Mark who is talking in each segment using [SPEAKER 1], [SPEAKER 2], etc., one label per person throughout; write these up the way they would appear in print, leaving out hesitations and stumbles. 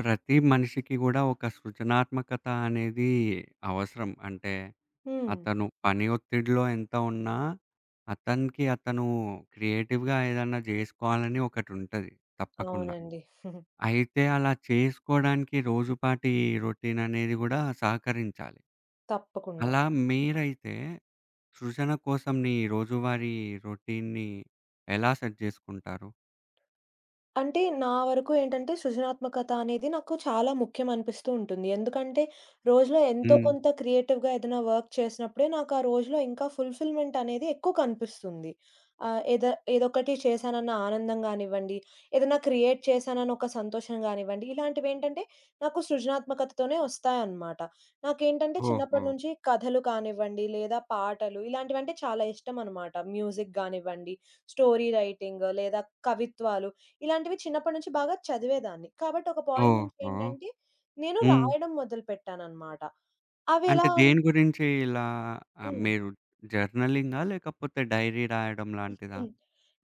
[SPEAKER 1] ప్రతి మనిషికి గూడా ఒక సృజనాత్మకత అనేది అవసరం. అంటే
[SPEAKER 2] హ్మ్.
[SPEAKER 1] అతను పని ఒత్తిడిలో ఎంత ఉన్నా, అతను క్రియేటివ్‌గా ఏదన్నా జేసుకోవాలని ఒకటుంటది తప్పకుండా.
[SPEAKER 2] అవునండి.
[SPEAKER 1] అయితే అలా చేసుకోడానికి రోజుపాటి రొటీన్ అనేది గూడా సహకరించాలి.
[SPEAKER 2] తప్పకుండా.
[SPEAKER 1] అలా మీరైతే సృజన కోసం నీ రోజువారీ రొటీన్‌ని ఎలా సెట్ జేసుకుంటారు?
[SPEAKER 2] అంటే నా వరకు ఏంటంటే సృజనాత్మకత అనేది నాకు చాలా ముఖ్యం అనిపిస్తూ ఉంటుంది. ఎందుకంటే రోజులో ఎంతో
[SPEAKER 1] హ్మ్.
[SPEAKER 2] కొంత క్రియేటివ్‌గా ఏదైనా వర్క్ చేసినప్పుడే నాకు ఆ రోజులో ఇంకా ఫుల్‌ఫిల్‌మెంట్ అనేది ఎక్కువ కనిపిస్తుంది. ఆహ్, ఏద ఏదొకటి చేశానన్న ఆనందం గానివ్వండి, ఏదైనా క్రియేట్ చేశానన్న ఒక సంతోషం గానివ్వండి, ఇలాంటివేంటంటే నాకు సృజనాత్మకతతోనే వస్తాయన్నమాట. నాకేంటంటే
[SPEAKER 1] ఓహో!
[SPEAKER 2] చిన్నప్పటి నుంచి కథలు కానివ్వండి, లేదా పాటలు ఇలాంటివంటే చాలా ఇష్టం అనమాట. మ్యూజిక్ గానివ్వండి, స్టోరీ రైటింగ్ లేదా కవిత్వాలు ఇలాంటివి చిన్నప్పటి నుంచి బాగా చదివేదాన్ని. కాబట్టి ఒక పాయింట్ నుంచి
[SPEAKER 1] ఓహో!
[SPEAKER 2] ఏంటంటే, నేను
[SPEAKER 1] హ్మ్.
[SPEAKER 2] రాయడం మొదలుపెట్టాననమాట. అవెలా
[SPEAKER 1] అంటే
[SPEAKER 2] అన్
[SPEAKER 1] దేని గురించి ఇలా
[SPEAKER 2] హ్మ్.
[SPEAKER 1] మీరు జర్నలింగా? లేకపోతే డైరీ రాయడం లాంటిదా?
[SPEAKER 2] హ్మ్.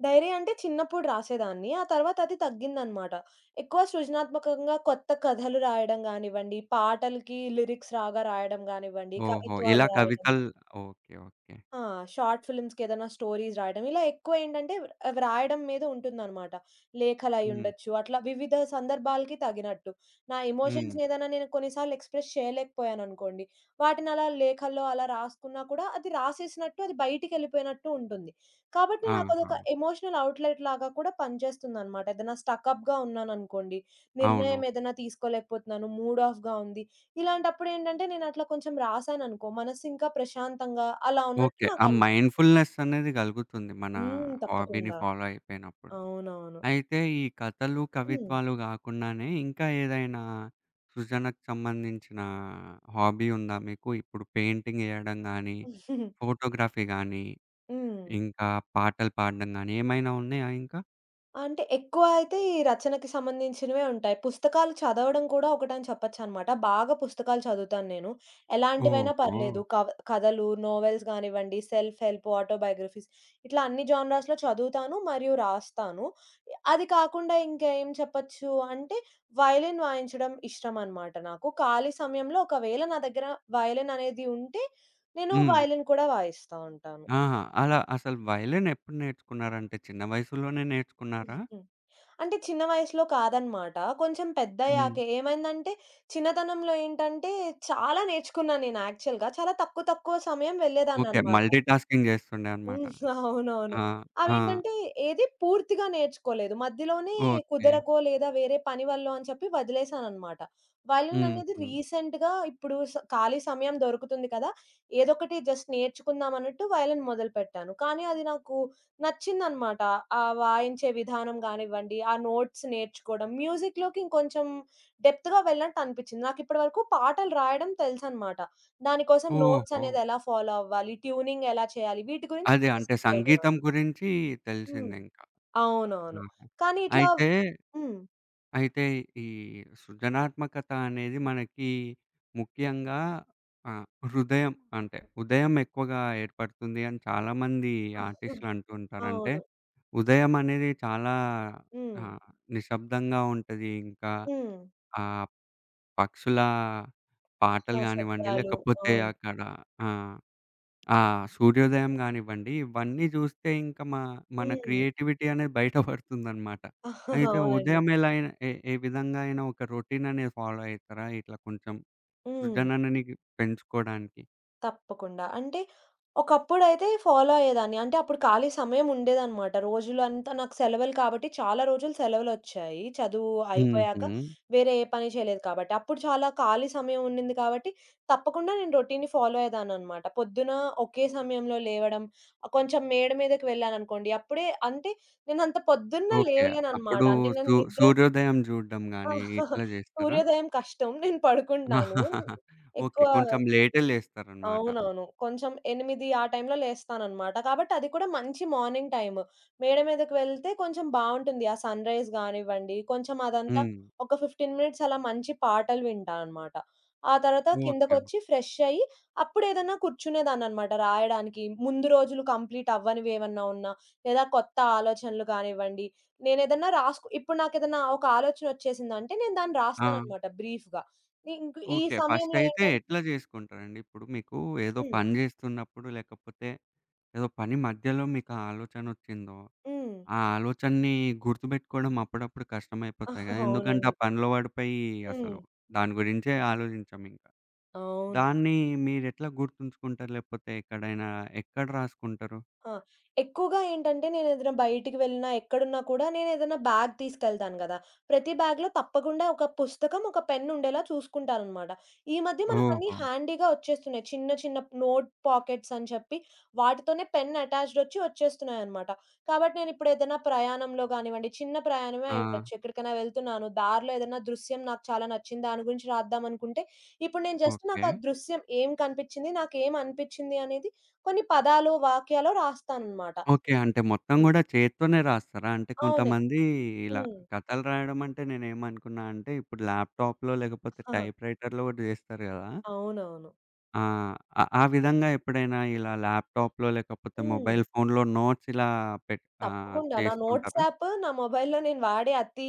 [SPEAKER 2] డైరీ అంటే చిన్నప్పుడు రాసేదాన్ని. ఆ తర్వాత అది తగ్గిందనమాట. ఎక్కువ సృజనాత్మకంగా కొత్త కథలు రాయడం గానివ్వండి, పాటలకి లిరిక్స్ రాగా రాయడం గానివ్వండి,
[SPEAKER 1] ఓహో!
[SPEAKER 2] కవిత్వాలు
[SPEAKER 1] ఇలా
[SPEAKER 2] రాయడం
[SPEAKER 1] కవితలు. Okay, okay.
[SPEAKER 2] ఆ! షార్ట్ ఫిల్మ్స్‌కేదైనా స్టోరీస్ రాయడం. ఇలా ఎక్కువేంటంటే రాయడం మీద ఉంటుందనమాట.
[SPEAKER 1] హ్మ్.
[SPEAKER 2] లేఖలయ్యుండొచ్చు. అట్లా వివిధ సందర్భాలకి తగినట్టు. నా
[SPEAKER 1] హ్మ్.
[SPEAKER 2] ఎమోషన్స్‌నేదైనా నేను కొన్నిసార్లు ఎక్స్‌ప్రెస్ చేయలేకపోయాననుకోండి, వాటినలా లేఖల్లో అలా రాసుకున్నా కూడా అది రాసేసినట్టు, అది బయటికెళ్ళిపోయినట్టు ఉంటుంది. కాబట్టి
[SPEAKER 1] ఆహా!
[SPEAKER 2] నాకదొక ఎమోషనల్ అవుట్‌లెట్ లాగా కూడా పనిచేస్తుందనమాట. ఏదైనా స్టకప్‌గా ఉన్నాననుకోండి,
[SPEAKER 1] అవును.
[SPEAKER 2] నిర్ణయం ఏదైనా తీసుకోలేకపోతున్నాను, మూడ్ ఆఫ్‌గా ఉంది. ఇలాంటప్పుడేంటంటే నేనట్లా కొంచెం రాసాననుకో, మనసు ఇంకా ప్రశాంతంగా అలా ఉన్నట్టు
[SPEAKER 1] ఓకే. ఆ
[SPEAKER 2] నాకనిపిస్తుంది.
[SPEAKER 1] మైండ్‌ఫుల్‌నెస్ అనేది గలుగుతుంది మన
[SPEAKER 2] హ్మ్.
[SPEAKER 1] హాబీని
[SPEAKER 2] తప్పకుండా.
[SPEAKER 1] ఫాలో అయిపోయినప్పుడు.
[SPEAKER 2] అవునవును.
[SPEAKER 1] అయితే ఈ కథలు,
[SPEAKER 2] హ్మ్.
[SPEAKER 1] కవిత్వాలు గాకుండానే ఇంకా ఏదైనా సృజనకు సంబంధించిన హాబీ ఉందా మీకు? ఇప్పుడు పెయింటింగ్ ఎయడం గానీ,
[SPEAKER 2] హ్మ్.
[SPEAKER 1] ఫోటోగ్రఫీ గానీ, ఇంకా పాటలు పాడడం గానీ ఏమైనా ఉన్నాయా ఇంకా?
[SPEAKER 2] అంటే ఎక్కువ అయితే ఈ రచనకి సంబంధించినవే ఉంటాయి. పుస్తకాలు చదవడం కూడా ఒకటని చెప్పొచ్చనమాట. బాగా పుస్తకాలు చదువుతాను నేను. ఎలాంటివైనా ఓకే.
[SPEAKER 1] ఓహో!
[SPEAKER 2] పర్లేదు. కథలు, నోవెల్స్ గానివ్వండి, సెల్ఫ్ హెల్ప్, ఆటోబయోగ్రఫీస్ ఇట్లా అన్ని జానరాస్‌లో చదువుతాను మరియు రాస్తాను. అది కాకుండా ఇంకా ఏం చెప్పొచ్చు అంటే వయలిన్ వాయించడం ఇష్టమనమాట నాకు. ఖాళీ సమయంలో ఒకవేళ నా దగ్గర వయలిన్ అనేది ఉంటే నేను
[SPEAKER 1] హ్మ్.
[SPEAKER 2] వయలిన్ కూడా వాయిస్తా ఉంటాను.
[SPEAKER 1] ఆహా! అలా అసలు వయలిన్ ఎప్పుడు నేర్చుకున్నారంటే, చిన్న వయసులోనే నేర్చుకున్నారా?
[SPEAKER 2] అంటే చిన్న వయసులో కాదనమాట. కొంచెం
[SPEAKER 1] హ్మ్.
[SPEAKER 2] పెద్దయ్యాకే. ఏమైందంటే, చిన్నతనంలో ఏంటంటే, చాలా నేర్చుకున్నాను నేను యాక్చువల్‌గా. చాలా తక్కువ తక్కువ సమయం
[SPEAKER 1] ఓకే,
[SPEAKER 2] వెళ్ళేదాన్ననమాట.
[SPEAKER 1] మల్టీ టాస్కింగ్ చేస్తుండే అన్నమాట.
[SPEAKER 2] హ్మ్. అవునవును.
[SPEAKER 1] ఆ! ఆ!
[SPEAKER 2] అవేంటంటే ఏది పూర్తిగా నేర్చుకోలేదు. మధ్యలోనే
[SPEAKER 1] ఓకే.
[SPEAKER 2] కుదరకో లేదా వేరే పని వల్లో అని చెప్పి వదిలేసాననమాట. వయలిన్ అనేది
[SPEAKER 1] హుహు.
[SPEAKER 2] రీసెంట్‌గా ఇప్పుడు ఖాళీ సమయం దొరుకుతుంది కదా! ఏదోకటి జస్ట్ నేర్చుకుందాం అన్నట్టు వయలిన్ మొదలుపెట్టాను. కానీ అది నాకు నచ్చిందనమాట. ఆ వాయించే విధానం గానివ్వండి, ఆ నోట్స్ నేర్చుకోవడం, మ్యూజిక్‌లోకి ఇంకొంచెం డెప్త్‌గా వెళ్ళినట్టు అనిపిచ్చింది. నాకిప్పటి వరకు పాటలు రాయడం తెలుసనమాట. దాని కోసం నోట్స్
[SPEAKER 1] ఓహో!
[SPEAKER 2] అనేది ఎలా ఫాలో అవ్వాలి? ట్యూనింగ్ ఎలా చేయాలి? వీటి గురించి
[SPEAKER 1] అదే అంటే
[SPEAKER 2] బేసిక్ ఐడియా
[SPEAKER 1] సంగీతం
[SPEAKER 2] ఉంది.
[SPEAKER 1] గురించి
[SPEAKER 2] హ్మ్.
[SPEAKER 1] తెలిసిందింకా.
[SPEAKER 2] అవునవును.
[SPEAKER 1] ఆహా!
[SPEAKER 2] కానీ ఇట్లా
[SPEAKER 1] అయితే
[SPEAKER 2] హ్మ్.
[SPEAKER 1] అయితే ఈ సృజనాత్మకత అనేది మనకి ముఖ్యంగా ఆహ్, హృదయం అంటే ఉదయం ఎక్కువగా ఏర్పడుతుంది అని చాలామంది ఆర్టిస్టులు అంటూ ఉంటారు. అంటే
[SPEAKER 2] అవును.
[SPEAKER 1] ఉదయం అనేది చాలా
[SPEAKER 2] హ్మ్.
[SPEAKER 1] ఆహ్, నిశ్శబ్దంగా ఉంటది. ఇంకా
[SPEAKER 2] హ్మ్.
[SPEAKER 1] ఆ పక్షుల పాటలు
[SPEAKER 2] ఆ!
[SPEAKER 1] గానివ్వండి,
[SPEAKER 2] శబ్దాలు.
[SPEAKER 1] లేకపోతే
[SPEAKER 2] అవును.
[SPEAKER 1] అక్కడ ఆ! ఆ! సూర్యోదయం గానివ్వండి, ఇవన్నీ జూస్తే ఇంక మన
[SPEAKER 2] హ్మ్.
[SPEAKER 1] క్రియేటివిటీ అనేది బయటపడుతుందనమాట. అయితే
[SPEAKER 2] అవునండి.
[SPEAKER 1] ఉదయం ఎలా అయినా ఏ ఏ విధంగా అయినా ఒక రొటీన్ అనేది ఫాలో అయితారా? ఇట్లా కొంచెం
[SPEAKER 2] హ్మ్.
[SPEAKER 1] సృజనని పెంచుకోడానికి?
[SPEAKER 2] తప్పకుండా. అంటే ఒకప్పుడైతే ఫాలో అయ్యేదాన్ని. అంటే అప్పుడు ఖాళీ సమయం ఉండేదనమాట. రోజులంతా నాకు సెలవులు కాబట్టి చాలా రోజులు సెలవులొచ్చాయి. చదువు ఓకే.
[SPEAKER 1] హుహు.
[SPEAKER 2] అయిపోయాక వేరే ఏ పని చేయలేదు కాబట్టి. అప్పుడు చాలా ఖాళీ సమయం ఉండింది కాబట్టి తప్పకుండా నేను రొటీన్‌ని ఫాలో అయ్యేదాన్ననమాట. పొద్దున ఒకే సమయంలో లేవడం, ఆ కొంచెం మేడ మీదకి వెళ్ళాననుకోండి అప్పుడే అంటే నేనంత పొద్దున్న
[SPEAKER 1] ఓకే. అప్పుడు
[SPEAKER 2] లేవలేననమాట. అంటే నేను నిద్ర
[SPEAKER 1] సూర్యోదయం జూడడం గాని ఇట్లా జేస్తారా?
[SPEAKER 2] సూర్యోదయం కష్టం. నేను పడుకుంటాను.
[SPEAKER 1] ఓకే,
[SPEAKER 2] ఎక్కువ
[SPEAKER 1] కొంచెం లేటే లేస్తారనమాట.
[SPEAKER 2] అవునవును. కొంచెం 8 ఆ టైంలో లేస్తాననమాట. కాబట్టి అది కూడా మంచి మార్నింగ్ టైమ్. మేడ మీదకి వెళ్తే కొంచెం బావుంటుంది. ఆ సన్‌రైజ్ గానివ్వండి, కొంచెం అదంతా
[SPEAKER 1] హ్మ్.
[SPEAKER 2] ఒక 15 మినిట్స్ అలా మంచి పాటలు వింటా అనమాట. ఆ తర్వాత
[SPEAKER 1] ఓకే, ఓకే.
[SPEAKER 2] కిందకొచ్చి ఫ్రెష్ అయ్యి, అప్పుడేదన్నా కూర్చునేదాన్ననమాట రాయడానికి. ముందు రోజులు కంప్లీట్ అవ్వనివి ఏమన్నా ఉన్నా, లేదా కొత్త ఆలోచనలు కానివ్వండి, నేనేదన్నా రాసుకు ఇప్పుడు నాకేదన్నా ఒక ఆలోచన వచ్చేసిందంటే, నేను దాన్ని
[SPEAKER 1] ఆ!
[SPEAKER 2] రాస్తాననమాట బ్రీఫ్‌గా. ఈ
[SPEAKER 1] ఓకే.
[SPEAKER 2] సమయంలో
[SPEAKER 1] ఫస్టయితే
[SPEAKER 2] ఏంటంటే
[SPEAKER 1] ఎట్లా జేసుకుంటారండి? ఇప్పుడు మీకు ఏదో
[SPEAKER 2] హ్మ్.
[SPEAKER 1] పని జేస్తున్నప్పుడు, లేకపోతే ఏదో పని మధ్యలో మీకా ఆలోచనొచ్చిందో,
[SPEAKER 2] హ్మ్.
[SPEAKER 1] ఆ ఆలోచనని గుర్తుబెట్టుకోవడం అప్పుడప్పుడు కష్టమైపోతాయి గదా! ఎందుకంటే,
[SPEAKER 2] అవునండి.
[SPEAKER 1] ఆ పనిలో పడిపోయి
[SPEAKER 2] హ్మ్.
[SPEAKER 1] అసలు దాని గురించే ఆలోచించమింక.
[SPEAKER 2] అవును.
[SPEAKER 1] దాన్ని మీరెట్లా గుర్తుంచుకుంటారు? లేకపోతే ఎక్కడైనా ఎక్కడ రాసుకుంటారు?
[SPEAKER 2] ఆ! ఎక్కువగా ఏంటంటే నేనేదైనా బయటికి వెళ్ళినా, ఎక్కడున్నా కూడా నేనేదైనా బ్యాగ్ తీసుకెళ్తాను గదా! ప్రతి బ్యాగ్‌లో తప్పకుండా ఒక పుస్తకం, ఒక పెన్ ఉండేలా చూసుకుంటాననమాట. ఈ మధ్య మనకన్నీ
[SPEAKER 1] ఓహో!
[SPEAKER 2] హ్యాండీగా వచ్చేస్తున్నాయి. చిన్న చిన్న నోట్ పాకెట్స్ అని చెప్పి వాటితోనే పెన్ అటాచ్డ్ వచ్చేస్తున్నాయనమాట. కాబట్టి నేనిప్పుడు ఏదైనా ప్రయాణంలో గానివ్వండి, చిన్న ప్రయాణమే
[SPEAKER 1] ఆ!
[SPEAKER 2] అయి ఉండొచ్చు. ఎక్కడికైనా వెళ్తున్నాను, దారిలో ఏదైనా దృశ్యం నాకు చాలా నచ్చింది. దాని గురించి రాద్దామనుకుంటే, ఇప్పుడు నేను జస్ట్ నాకు
[SPEAKER 1] ఓకే,
[SPEAKER 2] ఆ దృశ్యం ఏం కనిపించింది, నాకేం అనిపించింది అనేది కొన్ని పదాలు, వాక్యాలు రాస్తాననమాట.
[SPEAKER 1] ఓకే. అంటే మొత్తం
[SPEAKER 2] హ్మ్.
[SPEAKER 1] గూడా చేత్తోనే రాస్తారా? అంటే
[SPEAKER 2] అవును.
[SPEAKER 1] కొంతమంది ఇలా
[SPEAKER 2] హ్మ్.
[SPEAKER 1] కథలు రాయడం అంటే నేనేమనుకున్నా అంటే, ఇప్పుడు ల్యాప్‌టాప్‌లో లేకపోతే
[SPEAKER 2] ఆహా!
[SPEAKER 1] టైప్ రైటర్‌లో గూడా జేస్తారు గదా!
[SPEAKER 2] అవునవును.
[SPEAKER 1] ఆ! ఆ ఆ విధంగా ఎప్పుడైనా ఇలా ల్యాప్‌టాప్‌లో లేకపోతే
[SPEAKER 2] హ్మ్.
[SPEAKER 1] మొబైల్ ఫోన్‌లో నోట్స్ ఇలా
[SPEAKER 2] తప్పకుండా. నా నోట్స్
[SPEAKER 1] చేసుకుంటారా?
[SPEAKER 2] యాప్ నా మొబైల్‌లో నేను వాడే అతి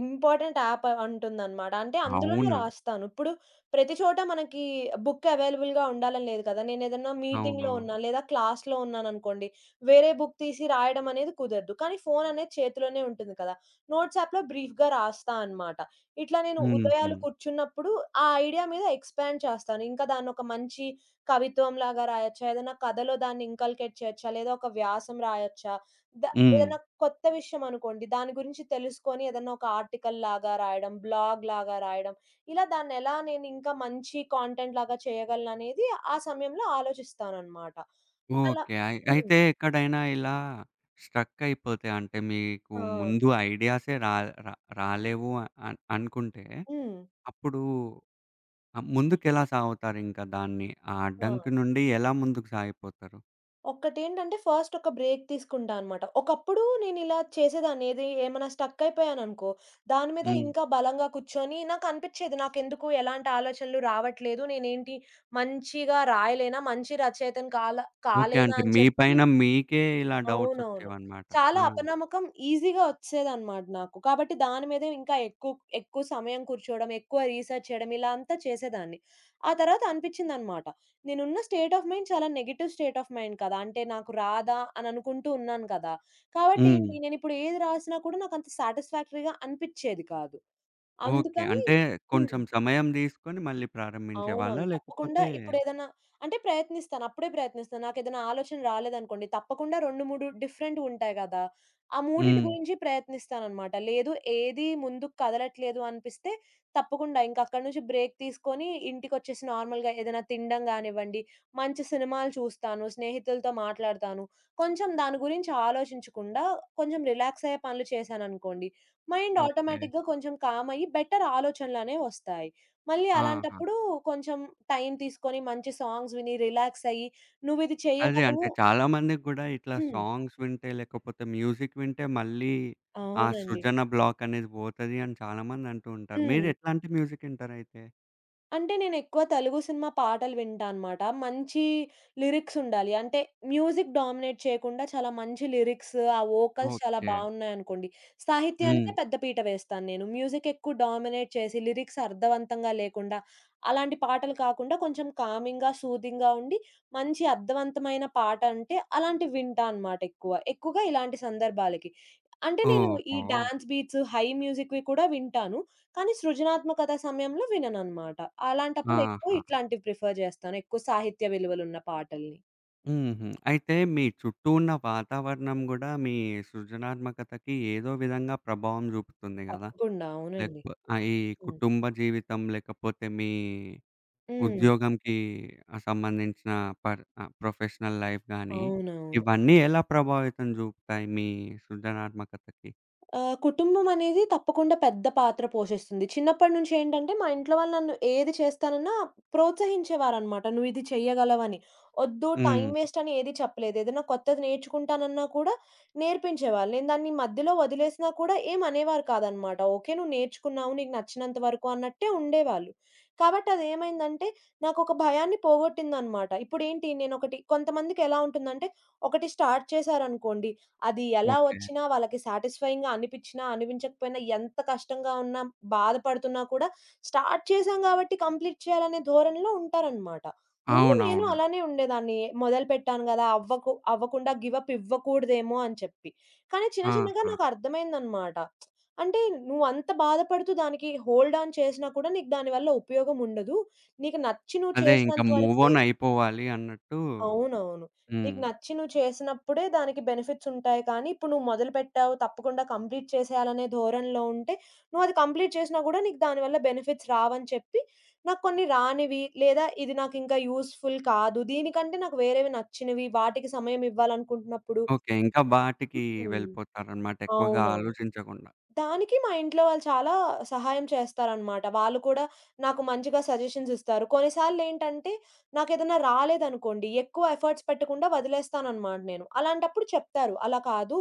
[SPEAKER 2] ఇంపార్టెంట్ యాప్ అంటుందన్నమాట. అంటే అందులోనే
[SPEAKER 1] అవునా?
[SPEAKER 2] రాస్తాను. ఇప్పుడు ప్రతి చోట మనకి బుక్ అవైలబుల్‌గా ఉండాలని లేదు కదా! నేనేదన్నా
[SPEAKER 1] అవును.
[SPEAKER 2] మీటింగ్‌లో ఉన్నా, లేదా క్లాస్‌లో ఉన్నాననుకోండి, వేరే బుక్ తీసి రాయడం అనేది కుదరదు. కానీ ఫోన్ అనేది చేతిలోనే ఉంటుంది కదా! నోట్స్ యాప్‌లో బ్రీఫ్‌గా రాస్తా అనమాట. ఇట్లా నేను
[SPEAKER 1] హుహు.
[SPEAKER 2] ఉదయాలు కూర్చున్నప్పుడు ఆ ఐడియా మీద ఎక్స్‌పాండ్ చేస్తాను. ఇంకా దాన్నొక మంచి కవిత్వంలాగా రాయొచ్చా, ఏదైనా కథలో దాన్ని ఇంకల్కేట్ చేయొచ్చా, లేదా ఒక వ్యాసం రాయొచ్చా ద
[SPEAKER 1] హ్మ్.
[SPEAKER 2] ఏదైనా కొత్త విషయం అనుకోండి. దాని గురించి తెలుసుకొని ఏదన్నా ఒక ఆర్టికల్ లాగా రాయడం, బ్లాగ్ లాగా రాయడం. ఇలా దాన్నెలా నేను ఇంకా మంచి కాంటెంట్ లాగా చేయగలననేది ఆ సమయంలో ఆలోచిస్తాననమాట. అలా
[SPEAKER 1] ఓకే.
[SPEAKER 2] హ్మ్.
[SPEAKER 1] అయితే ఎక్కడైనా ఇలా స్ట్రక్ అయిపోతే అంటే మీకు
[SPEAKER 2] ఆ!
[SPEAKER 1] ముందు ఐడియాసే రా రా రాలేవు అనుకుంటే
[SPEAKER 2] హ్మ్.
[SPEAKER 1] అప్పుడు ముందుకెలా సాగుతారింక దాన్ని? ఆ
[SPEAKER 2] ఆ!
[SPEAKER 1] అడ్డంకి నుండి ఎలా ముందుకు సాగిపోతారు?
[SPEAKER 2] ఒక్కటేంటంటే ఫస్ట్ ఒక బ్రేక్ తీసుకుంటా అనమాట. ఒకప్పుడు నేనిలా చేసేదాన్ని. ఏది ఏమైనా స్టక్ అయిపోయాననుకో, దాని మీద
[SPEAKER 1] హ్మ్.
[SPEAKER 2] ఇంకా బలంగా కూర్చొని నాకనిపిచ్చేది నాకెందుకు ఎలాంటి ఆలోచనలు రావట్లేదు. నేనేంటి మంచిగా రాయలేనా? మంచి రచయితని
[SPEAKER 1] ఓకే.
[SPEAKER 2] కాలేనా?
[SPEAKER 1] అంటే
[SPEAKER 2] అని
[SPEAKER 1] మీ
[SPEAKER 2] చెప్పి
[SPEAKER 1] పైన మీకే ఇలా డౌట్స్
[SPEAKER 2] అవునవును.
[SPEAKER 1] వచ్చేవన్నమాట.
[SPEAKER 2] చాలా
[SPEAKER 1] ఆ!
[SPEAKER 2] అపనమ్మకం ఈజీగా ఒచ్చేదనమాట నాకు. కాబట్టి దాని మీదే ఇంకా ఎక్కువ, ఎక్కువ సమయం కూర్చోవడం, ఎక్కువ రీసెర్చ్ చేయడం ఇలా అంతా చేసేదాన్ని. ఆ తర్వాత అనిపిచ్చిందనమాట. నేనున్న స్టేట్ ఆఫ్ మైండ్ చాలా నెగెటివ్ స్టేట్ ఆఫ్ మైండ్ కదా! అంటే నాకు రాదా అని అనుకుంటూ ఉన్నాను కదా! కాబట్టి
[SPEAKER 1] హ్మ్.
[SPEAKER 2] ఏంటి నేనిప్పుడు ఏది రాసినా కూడా నాకంత సాటిస్ఫాక్టరీ‌గా అనిపిచ్చేది కాదు.
[SPEAKER 1] ఓకే.
[SPEAKER 2] అందుకని
[SPEAKER 1] అంటే
[SPEAKER 2] హ్మ్.
[SPEAKER 1] కొంచెం సమయం తీసుకొని మళ్ళీ ప్రారంభించేవాళ్ళా?
[SPEAKER 2] అవునవును. తప్పకుండా
[SPEAKER 1] లేకపోతే
[SPEAKER 2] ఇప్పుడేదన్నా అంటే ప్రయత్నిస్తాను. అప్పుడే ప్రయత్నిస్తాను. నాకేదైనా ఆలోచన రాలేదనుకోండి, తప్పకుండా 2, 3 డిఫరెంటుగుంటాయి గదా! ఆ మూడిటి
[SPEAKER 1] హ్మ్.
[SPEAKER 2] గురించి ప్రయత్నిస్తాననమాట. లేదు ఏది ముందుకు కదలట్లేదు అనిపిస్తే తప్పకుండా ఇంక అక్కడి నుంచి బ్రేక్ తీసుకొని ఇంటికొచ్చేసి నార్మల్‌గా ఏదైనా తినడం గానివ్వండి, మంచి సినిమాలు చూస్తాను, స్నేహితులతో మాట్లాడతాను. కొంచెం దాని గురించి ఆలోచించకుండా కొంచెం రిలాక్స్ అయ్యే పనులు చేశాననుకోండి, మైండ్
[SPEAKER 1] ఓకే.
[SPEAKER 2] ఆటోమేటిక్‌గా కొంచెం కామ్ అయ్యి బెటర్ ఆలోచనలనేవొస్తాయి. మళ్ళీ
[SPEAKER 1] ఆహా!
[SPEAKER 2] అలాంటప్పుడు కొంచెం టైం తీసుకొని మంచి సాంగ్స్ విని రిలాక్స్ అయ్యి, నువ్విది
[SPEAKER 1] అదే అంటే
[SPEAKER 2] చేయగలవు
[SPEAKER 1] చాలా మందికి గూడా ఇట్లా
[SPEAKER 2] హ్మ్.
[SPEAKER 1] సాంగ్స్ వింటే లేకపోతే మ్యూజిక్ వింటే మళ్ళీ ఆ
[SPEAKER 2] అవునండి.
[SPEAKER 1] సృజన బ్లాక్ అనేది పోతది అని చాలా మంది అంటూ ఉంటారు. మీరు
[SPEAKER 2] హ్మ్.
[SPEAKER 1] ఎట్లాంటి మ్యూజిక్ వింటారైతే?
[SPEAKER 2] అంటే నేనెక్కువ తెలుగు సినిమా పాటలు వింటా అనమాట. మంచి లిరిక్స్ ఉండాలి. అంటే మ్యూజిక్ డామినేట్ చేయకుండా చాలా మంచి లిరిక్స్, ఆ వోకల్స్ చాలా
[SPEAKER 1] ఓకే.
[SPEAKER 2] బావున్నాయనుకోండి.
[SPEAKER 1] హ్మ్.
[SPEAKER 2] సాహిత్యానికే పెద్ద పీట వేస్తాను నేను. మ్యూజిక్ ఎక్కువ డామినేట్ చేసి లిరిక్స్ అర్థవంతంగా లేకుండా, అలాంటి పాటలు కాకుండా కొంచెం కామింగ్‌గా, సూదింగ్‌గా ఉండి మంచి అర్థవంతమైన పాట అంటే అలాంటివి వింటా అనమాట ఎక్కువ. ఎక్కువగా ఇలాంటి సందర్భాలకి. అంటే నేను ఈ
[SPEAKER 1] ఓహో!
[SPEAKER 2] డాన్స్ బీట్స్, హై మ్యూజిక్‌వి కూడా వింటాను. కానీ సృజనాత్మకత సమయంలో వినననమాట. అలాంటప్పుడు ఎక్కువ
[SPEAKER 1] ఆహా!
[SPEAKER 2] ఇట్లాంటివి ప్రిఫర్ జేస్తాను. ఎక్కువ సాహిత్య విలువలున్న పాటల్ని.
[SPEAKER 1] హుహు. అయితే మీ చుట్టూ ఉన్న వాతావరణం గూడా మీ సృజనాత్మకతకి ఏదో విధంగా ప్రభావం చూపుతుంది గదా!
[SPEAKER 2] తప్పకుండా. అవునండి.
[SPEAKER 1] ఆ! ఈ
[SPEAKER 2] హ్మ్.
[SPEAKER 1] కుటుంబ జీవితం, లేకపోతే మీ
[SPEAKER 2] హ్మ్.
[SPEAKER 1] ఉద్యోగంకి సంబంధించిన ప్రొఫెషనల్ లైఫ్ గాని,
[SPEAKER 2] అవునవును.
[SPEAKER 1] ఇవన్నీ ఎలా ప్రభావితం చూపుతాయి మీ సృజనాత్మకతకి?
[SPEAKER 2] కుటుంబం అనేది తప్పకుండా పెద్ద పాత్ర పోషిస్తుంది. చిన్నప్పటి నుంచి ఏంటంటే, మా ఇంట్లో వాళ్ళు నన్ను ఏది చేస్తానన్నా ప్రోత్సహించేవారనమాట. "నువ్వు ఇది చెయ్యగలవని." ఒద్దు హ్మ్. టైం
[SPEAKER 1] హ్మ్.
[SPEAKER 2] వేస్ట్ అని ఏది చెప్పలేదు. ఏదైనా కొత్తది నేర్చుకుంటానన్నా కూడా నేర్పించేవాళ్ళు. నేను దాన్ని మధ్యలో వదిలేసినా కూడా ఏమి అనేవారు కాదనమాట. "ఓకే. నువ్వు నేర్చుకున్నావు. నీకు నచ్చినంత వరకు" అన్నట్టే ఉండేవాళ్ళు. కాబట్టి అదేమైందంటే, నాకొక భయాన్ని పోగొట్టిందనమాట. ఇప్పుడేంటి నేనొకటి కొంతమందికి ఎలా ఉంటుందంటే, ఒకటి స్టార్ట్ చేశారనుకోండి, అది ఎలా
[SPEAKER 1] ఓకే.
[SPEAKER 2] వచ్చినా వాళ్ళకి సాటిస్ఫైయింగ్‌గా అనిపించినా, అనిపించకపోయినా, ఎంత కష్టంగా ఉన్నా, బాధపడుతున్నా కూడా స్టార్ట్ చేశాం కాబట్టి కంప్లీట్ చేయాలనే ధోరణిలో ఉంటారనమాట. ముందు నేను
[SPEAKER 1] అవునవును.
[SPEAKER 2] అలానే ఉండేదాన్ని. మొదలుపెట్టాను గదా! అవ్వకుండా గివ్ అప్ ఇవ్వకూడదేమో అని చెప్పి. కానీ చిన్న చిన్నగా
[SPEAKER 1] ఆహా!
[SPEAKER 2] నాకు అర్థమైందనమాట. అంటే నువ్వంత బాధపడుతూ దానికి హోల్డ్ ఆన్ చేసినా కూడా నీకు దానివల్ల ఉపయోగం ఉండదు. నీకు నచ్చి నువ్వు
[SPEAKER 1] అదే, ఇంకా
[SPEAKER 2] చేసినంత
[SPEAKER 1] మూవ్
[SPEAKER 2] వరకి
[SPEAKER 1] ఆన్ అయిపోవాలి అన్నట్టు.
[SPEAKER 2] అవునవును. నీకు
[SPEAKER 1] హ్మ్.
[SPEAKER 2] నచ్చి నువ్వు చేసినప్పుడే దానికి బెనిఫిట్స్ ఉంటాయి కానీ, ఇప్పుడు నువ్వు మొదలుపెట్టావు తప్పకుండా కంప్లీట్ చేసేయాలనే ధోరణిలో ఉంటే, నువ్వు అది కంప్లీట్ చేసినా కూడా నీకు దానివల్ల బెనిఫిట్స్ రావని చెప్పి, నాకు కొన్ని రానివి లేదా ఇది నాకు ఇంకా యూజ్‌ఫుల్ కాదు. దీనికంటే నాకు వేరేవి నచ్చినవి వాటికి సమయం ఇవ్వాలనుకుంటున్నప్పుడు
[SPEAKER 1] ఓకే, ఇంకా వాటికి
[SPEAKER 2] హ్మ్.
[SPEAKER 1] వెళ్ళిపోతారన్నమాట ఎక్కువగా
[SPEAKER 2] అవునవును.
[SPEAKER 1] ఆలోచించకుండా.
[SPEAKER 2] దానికి మా ఇంట్లో వాళ్ళు చాలా సహాయం చేస్తారనమాట. వాళ్ళు కూడా నాకు మంచిగా సజెషన్స్ ఇస్తారు. కొన్నిసార్లేంటంటే నాకేదన్నా రాలేదనుకోండి, ఎక్కువ ఎఫర్ట్స్ పెట్టకుండా వదిలేస్తాననమాట నేను. అలాంటప్పుడు చెప్తారు, "అలా కాదు,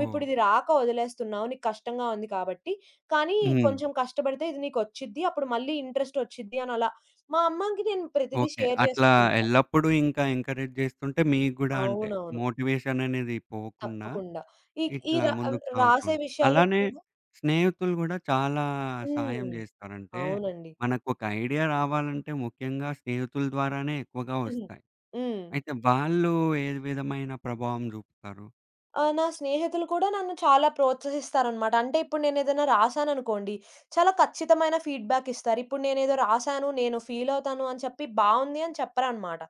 [SPEAKER 1] ఓహ్!
[SPEAKER 2] ఇది రాక వదిలేస్తున్నావు, నీకు కష్టంగా ఉంది కాబట్టి, కానీ
[SPEAKER 1] హ్మ్.
[SPEAKER 2] కొంచెం కష్టపడితే ఇది నీకొచ్చిద్ది, అప్పుడు మళ్ళీ ఇంట్రెస్ట్ వచ్చిద్ది" అని అలా. మా అమ్మకి నేను ప్రతిదీ
[SPEAKER 1] ఓకే.
[SPEAKER 2] షేర్
[SPEAKER 1] అట్లా
[SPEAKER 2] చేస్తూ ఉంటా.
[SPEAKER 1] ఎల్లప్పుడూ ఇంకా ఎంకరేజ్ జేస్తుంటే మీకు గూడా అంటే
[SPEAKER 2] అవునవును.
[SPEAKER 1] మోటివేషన్ అనేది పోకుండా
[SPEAKER 2] తప్పకుండా. ఈ ఈ
[SPEAKER 1] ఇట్లా
[SPEAKER 2] రా
[SPEAKER 1] ముందుకు సాగుతూ ఉం
[SPEAKER 2] రాసే విషయాల్లో
[SPEAKER 1] అలానే
[SPEAKER 2] కూడా
[SPEAKER 1] స్నేహితులు గూడా చాలా సహాయం
[SPEAKER 2] హ్మ్.
[SPEAKER 1] జేస్తారంటే,
[SPEAKER 2] అవునండి.
[SPEAKER 1] మనకొక ఐడియా రావాలంటే ముఖ్యంగా స్నేహితుల ద్వారానే ఎక్కువగా
[SPEAKER 2] హ్మ్.
[SPEAKER 1] వస్తాయి.
[SPEAKER 2] హ్మ్.
[SPEAKER 1] అయితే వాళ్ళు ఏ విధమైన ప్రభావం జూపుతారు?
[SPEAKER 2] ఆ! నా స్నేహితులు కూడా నన్ను చాలా ప్రోత్సహిస్తారనమాట. అంటే ఇప్పుడు నేనేదైనా రాసాననుకోండి, చాలా ఖచ్చితమైన ఫీడ్‌బ్యాక్ ఇస్తారు. ఇప్పుడు నేనేదో రాసాను, నేను ఫీలవుతాను అని చెప్పి బావుంది అని చెప్పరనమాట.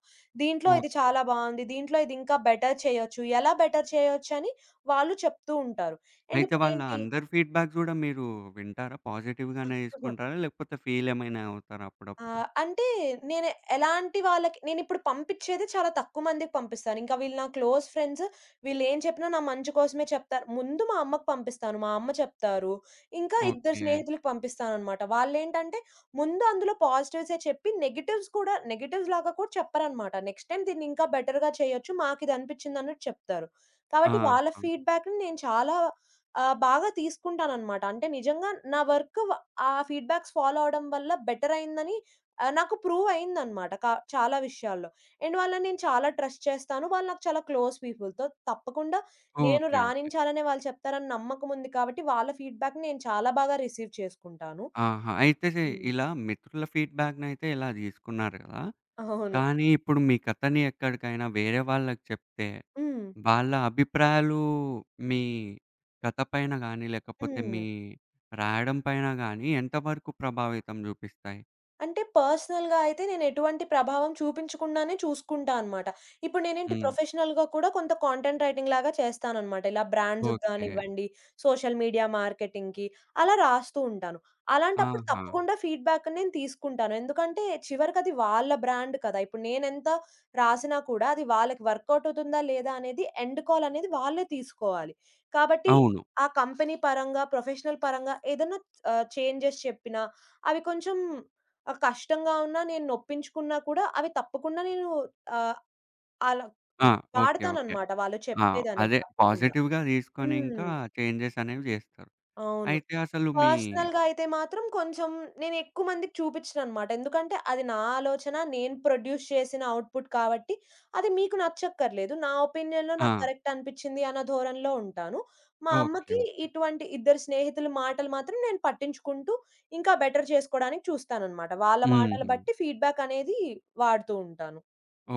[SPEAKER 2] దీంట్లో ఇది
[SPEAKER 1] ఓకే.
[SPEAKER 2] చాలా బావుంది, దీంట్లో ఇది ఇంకా బెటర్ చేయొచ్చు, ఎలా బెటర్ చేయొచ్చని వాళ్ళు చెప్తూ ఉంటారు. అండ్
[SPEAKER 1] అయితే వాళ్ళ
[SPEAKER 2] ఇప్పుడేంటి
[SPEAKER 1] అందరి ఫీడ్‌బ్యాక్ గూడా మీరు వింటారా? పాజిటివ్‌గానే తీసుకుంటారా? లేకపోతే ఫీల్ ఏమైనా అవుతారా
[SPEAKER 2] ఆ!
[SPEAKER 1] అప్పుడప్పుడు?
[SPEAKER 2] అంటే నేను ఎలాంటి వాళ్ళకి నేనిప్పుడు పంపిచ్చేది చాలా తక్కువ మందికి పంపిస్తాను. ఇంకా వీళ్ళు నా క్లోజ్ ఫ్రెండ్స్ వీళ్ళేం చెప్పినా నా మంచి కోసమే చెప్తారు. ముందు మా అమ్మకి పంపిస్తాను. మా అమ్మ చెప్తారు. ఇంకా ఇద్దరు
[SPEAKER 1] ఓకే.
[SPEAKER 2] స్నేహితులకి పంపిస్తాననమాట. వాళ్ళేంటంటే ముందు అందులో పాజిటివ్సే చెప్పి నెగెటివ్స్ కూడా నెగెటివ్స్ లాగా కూడా చెప్పరనమాట. నెక్స్ట్ టైమ్ దీన్ని ఇంకా బెటర్‌గా చేయొచ్చు. మాకిదనిపిచ్చిందన్నట్టు చెప్తారు. కాబట్టి వాళ్ళ
[SPEAKER 1] ఆహా!
[SPEAKER 2] ఫీడ్‌బ్యాక్‌ని నేను చాలా బాగా తీసుకుంటాననమాట. అంటే నిజంగా నా వర్క్ వ ఆ ఫీడ్‌బ్యాక్స్ ఫాలో అవ్వడం వల్ల బెటరయిందని నాకు ప్రూవ్ అయిందనమాట. చాలా విషయాల్లో. అండ్ వాళ్ళని నేను చాలా ట్రస్ట్ చేస్తాను. వాళ్ళు నాకు చాలా క్లోజ్ పీపుల్‌తో. తప్పకుండా నేను
[SPEAKER 1] ఓకే, ఓకే.
[SPEAKER 2] రాణించాలనే వాళ్ళు చెప్తారని నమ్మకం ఉంది కాబట్టి, వాళ్ళ ఫీడ్‌బ్యాక్‌ని నేను చాలా బాగా రిసీవ్ చేసుకుంటాను.
[SPEAKER 1] ఆహా! అయితే
[SPEAKER 2] హ్మ్.
[SPEAKER 1] ఇలా మిత్రుల ఫీడ్‌బ్యాక్‌నైతే ఇలా తీసుకున్నారు కదా!
[SPEAKER 2] అవును.
[SPEAKER 1] కానీ ఇప్పుడు మీ కథని ఎక్కడికైనా వేరే వాళ్ళకి చెప్తే,
[SPEAKER 2] హ్మ్.
[SPEAKER 1] వాళ్ళ అభిప్రాయాలు మీ కథ పైన గానీ, లేకపోతే
[SPEAKER 2] హ్మ్.
[SPEAKER 1] మీ రాయడం పైన గానీ ఎంతవరకు ప్రభావితం చూపిస్తాయి?
[SPEAKER 2] అంటే పర్సనల్‌గా అయితే నేను ఎటువంటి ప్రభావం చూపించకుండానే చూసుకుంటా అనమాట. ఇప్పుడు నేనేంటి
[SPEAKER 1] హ్మ్.
[SPEAKER 2] ప్రొఫెషనల్‌గా కూడా కొంత కాంటెంట్ రైటింగ్ లాగా చేస్తాననమాట. ఇలా బ్రాండ్స్‌కి
[SPEAKER 1] ఓకే.
[SPEAKER 2] గానివ్వండి, సోషల్ మీడియా మార్కెటింగ్‌కి అలా రాస్తూ ఉంటాను. అలాంటప్పుడు
[SPEAKER 1] ఆహా!
[SPEAKER 2] తప్పకుండా ఫీడ్‌బ్యాక్ నేను తీసుకుంటాను. ఎందుకంటే చివరికి అది వాళ్ళ బ్రాండ్ కదా! ఇప్పుడు నేనెంత రాసినా కూడా అది వాళ్ళకి వర్కౌట్ అవుతుందా లేదా అనేది ఎండ్ కాల్ అనేది వాళ్ళే తీసుకోవాలి. కాబట్టి
[SPEAKER 1] అవును.
[SPEAKER 2] ఆ కంపెనీ పరంగా, ప్రొఫెషనల్ పరంగా ఏదన్నా చేంజెస్ చెప్పినా అవి కొంచెం ఆ! కష్టంగా ఉన్నా, నేను నొప్పించుకున్నా కూడా అవి తప్పకుండా నేను ఆహ్, అలా
[SPEAKER 1] ఆ! Okay, okay.
[SPEAKER 2] వాడతాననమాట. వాళ్ళు
[SPEAKER 1] ఆ!
[SPEAKER 2] చెప్పేదనేది
[SPEAKER 1] అదే
[SPEAKER 2] తప్పకుండా.
[SPEAKER 1] పాజిటివ్‌గా తీసుకొని ఇంకా
[SPEAKER 2] హ్మ్.
[SPEAKER 1] చేంజెస్ అనేవి చేస్తారు.
[SPEAKER 2] అవును.
[SPEAKER 1] అయితే అసలు మీ
[SPEAKER 2] పర్సనల్‌గా అయితే మాత్రం కొంచెం నేను ఎక్కువ మందికి చూపించననమాట. ఎందుకంటే అది నా ఆలోచన, నేను ప్రొడ్యూస్ చేసిన ఔట్‌పుట్ కాబట్టి అది మీకు నచ్చక్కర్లేదు. నా ఒపీనియన్‌లో
[SPEAKER 1] ఆ!
[SPEAKER 2] నాకు కరెక్ట్ అనిపించింది అన్న ధోరణిలో ఉంటాను. మా
[SPEAKER 1] ఓకే,
[SPEAKER 2] అమ్మకి
[SPEAKER 1] ఓకే.
[SPEAKER 2] ఇటువంటి ఇద్దరు స్నేహితుల మాటలు మాత్రం నేను పట్టించుకుంటూ ఇంకా బెటర్ చేసుకోవడానికి చూస్తాననమాట. వాళ్ళ మాటలు
[SPEAKER 1] హుహు.
[SPEAKER 2] బట్టి ఫీడ్‌బ్యాక్ అనేది వాడుతూ ఉంటాను.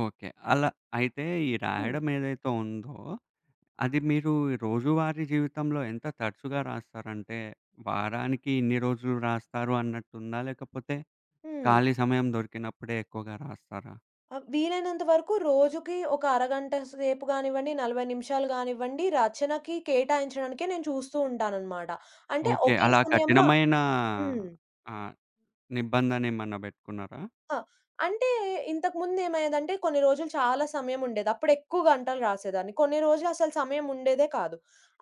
[SPEAKER 1] ఓకే. అలా అయితే ఈ
[SPEAKER 2] హ్మ్.
[SPEAKER 1] రాయడం ఏదైతే ఉందో, అది మీరు రోజువారీ జీవితంలో ఎంత తరచుగా రాస్తారంటే, వారానికి ఇన్ని రోజులు రాస్తారు అన్నట్టుందా? లేకపోతే
[SPEAKER 2] హ్మ్.
[SPEAKER 1] ఖాళీ సమయం దొరికినప్పుడే ఎక్కువగా రాస్తారా?
[SPEAKER 2] ఆ! వీలైనంత వరకు రోజుకి ఒక అరగంట సేపు గానివ్వండి, 40 నిమిషాలు గానివ్వండి, రచనకి కేటాయించడానికే నేను చూస్తూ ఉంటాననమాట. అంటే
[SPEAKER 1] ఓకే.
[SPEAKER 2] ఒకే
[SPEAKER 1] అలా
[SPEAKER 2] సమయంలో
[SPEAKER 1] కఠినమైన
[SPEAKER 2] హ్మ్.
[SPEAKER 1] ఆహ్, నిబంధనేమన్నా బెట్టుకున్నారా?
[SPEAKER 2] ఆ! అంటే ఇంతకుముందు ఏమయ్యేదంటే కొన్ని రోజులు చాలా సమయం ఉండేది. అప్పుడెక్కువ గంటలు రాసేదాన్ని. కొన్ని రోజులు అసలు సమయం ఉండేదే కాదు.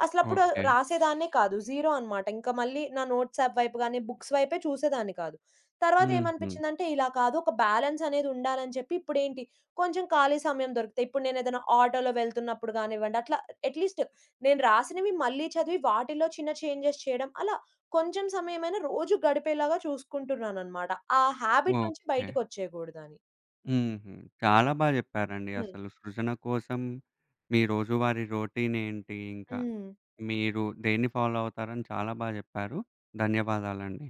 [SPEAKER 2] అసలప్పుడు
[SPEAKER 1] ఓకే.
[SPEAKER 2] రాసేదాన్నే కాదు. జీరో అనమాట. ఇంకా మళ్ళీ నా నోట్స్ యాప్ వైపు గాని, బుక్స్ వైపే చూసేదాన్ని కాదు. తర్వాత హ్మ్.
[SPEAKER 1] హుహు.
[SPEAKER 2] ఏమనిపించిందంటే ఇలా కాదు ఒక బ్యాలెన్స్ అనేది ఉండాలని చెప్పి ఇప్పుడేంటి కొంచెం ఖాళీ సమయం దొరికితే ఇప్పుడు నేనేదైనా ఆటోలో వెళ్తున్నప్పుడు గానివ్వండి, అట్లా అట్‌లీస్ట్ నేను రాసినవి మళ్ళీ చదివి వాటిలో చిన్న చేంజెస్ చేయడం అలా కొంచెం సమయమైనా రోజు గడిపేలాగా చూసుకుంటున్నాననమాట. ఆ హ్యాబిట్ నుంచి
[SPEAKER 1] ఓకే.
[SPEAKER 2] బయటికొచ్చేయగూడదని.
[SPEAKER 1] హుహు. చాలా బా జెప్పారండి.
[SPEAKER 2] హ్మ్.
[SPEAKER 1] అసలు సృజన కోసం మీ రోజువారీ రొటీనేంటి, ఇంకా
[SPEAKER 2] హ్మ్.
[SPEAKER 1] మీరు దేన్ని ఫాలో అవుతారని చాలా బాగా చెప్పారు. ధన్యవాదాలండి.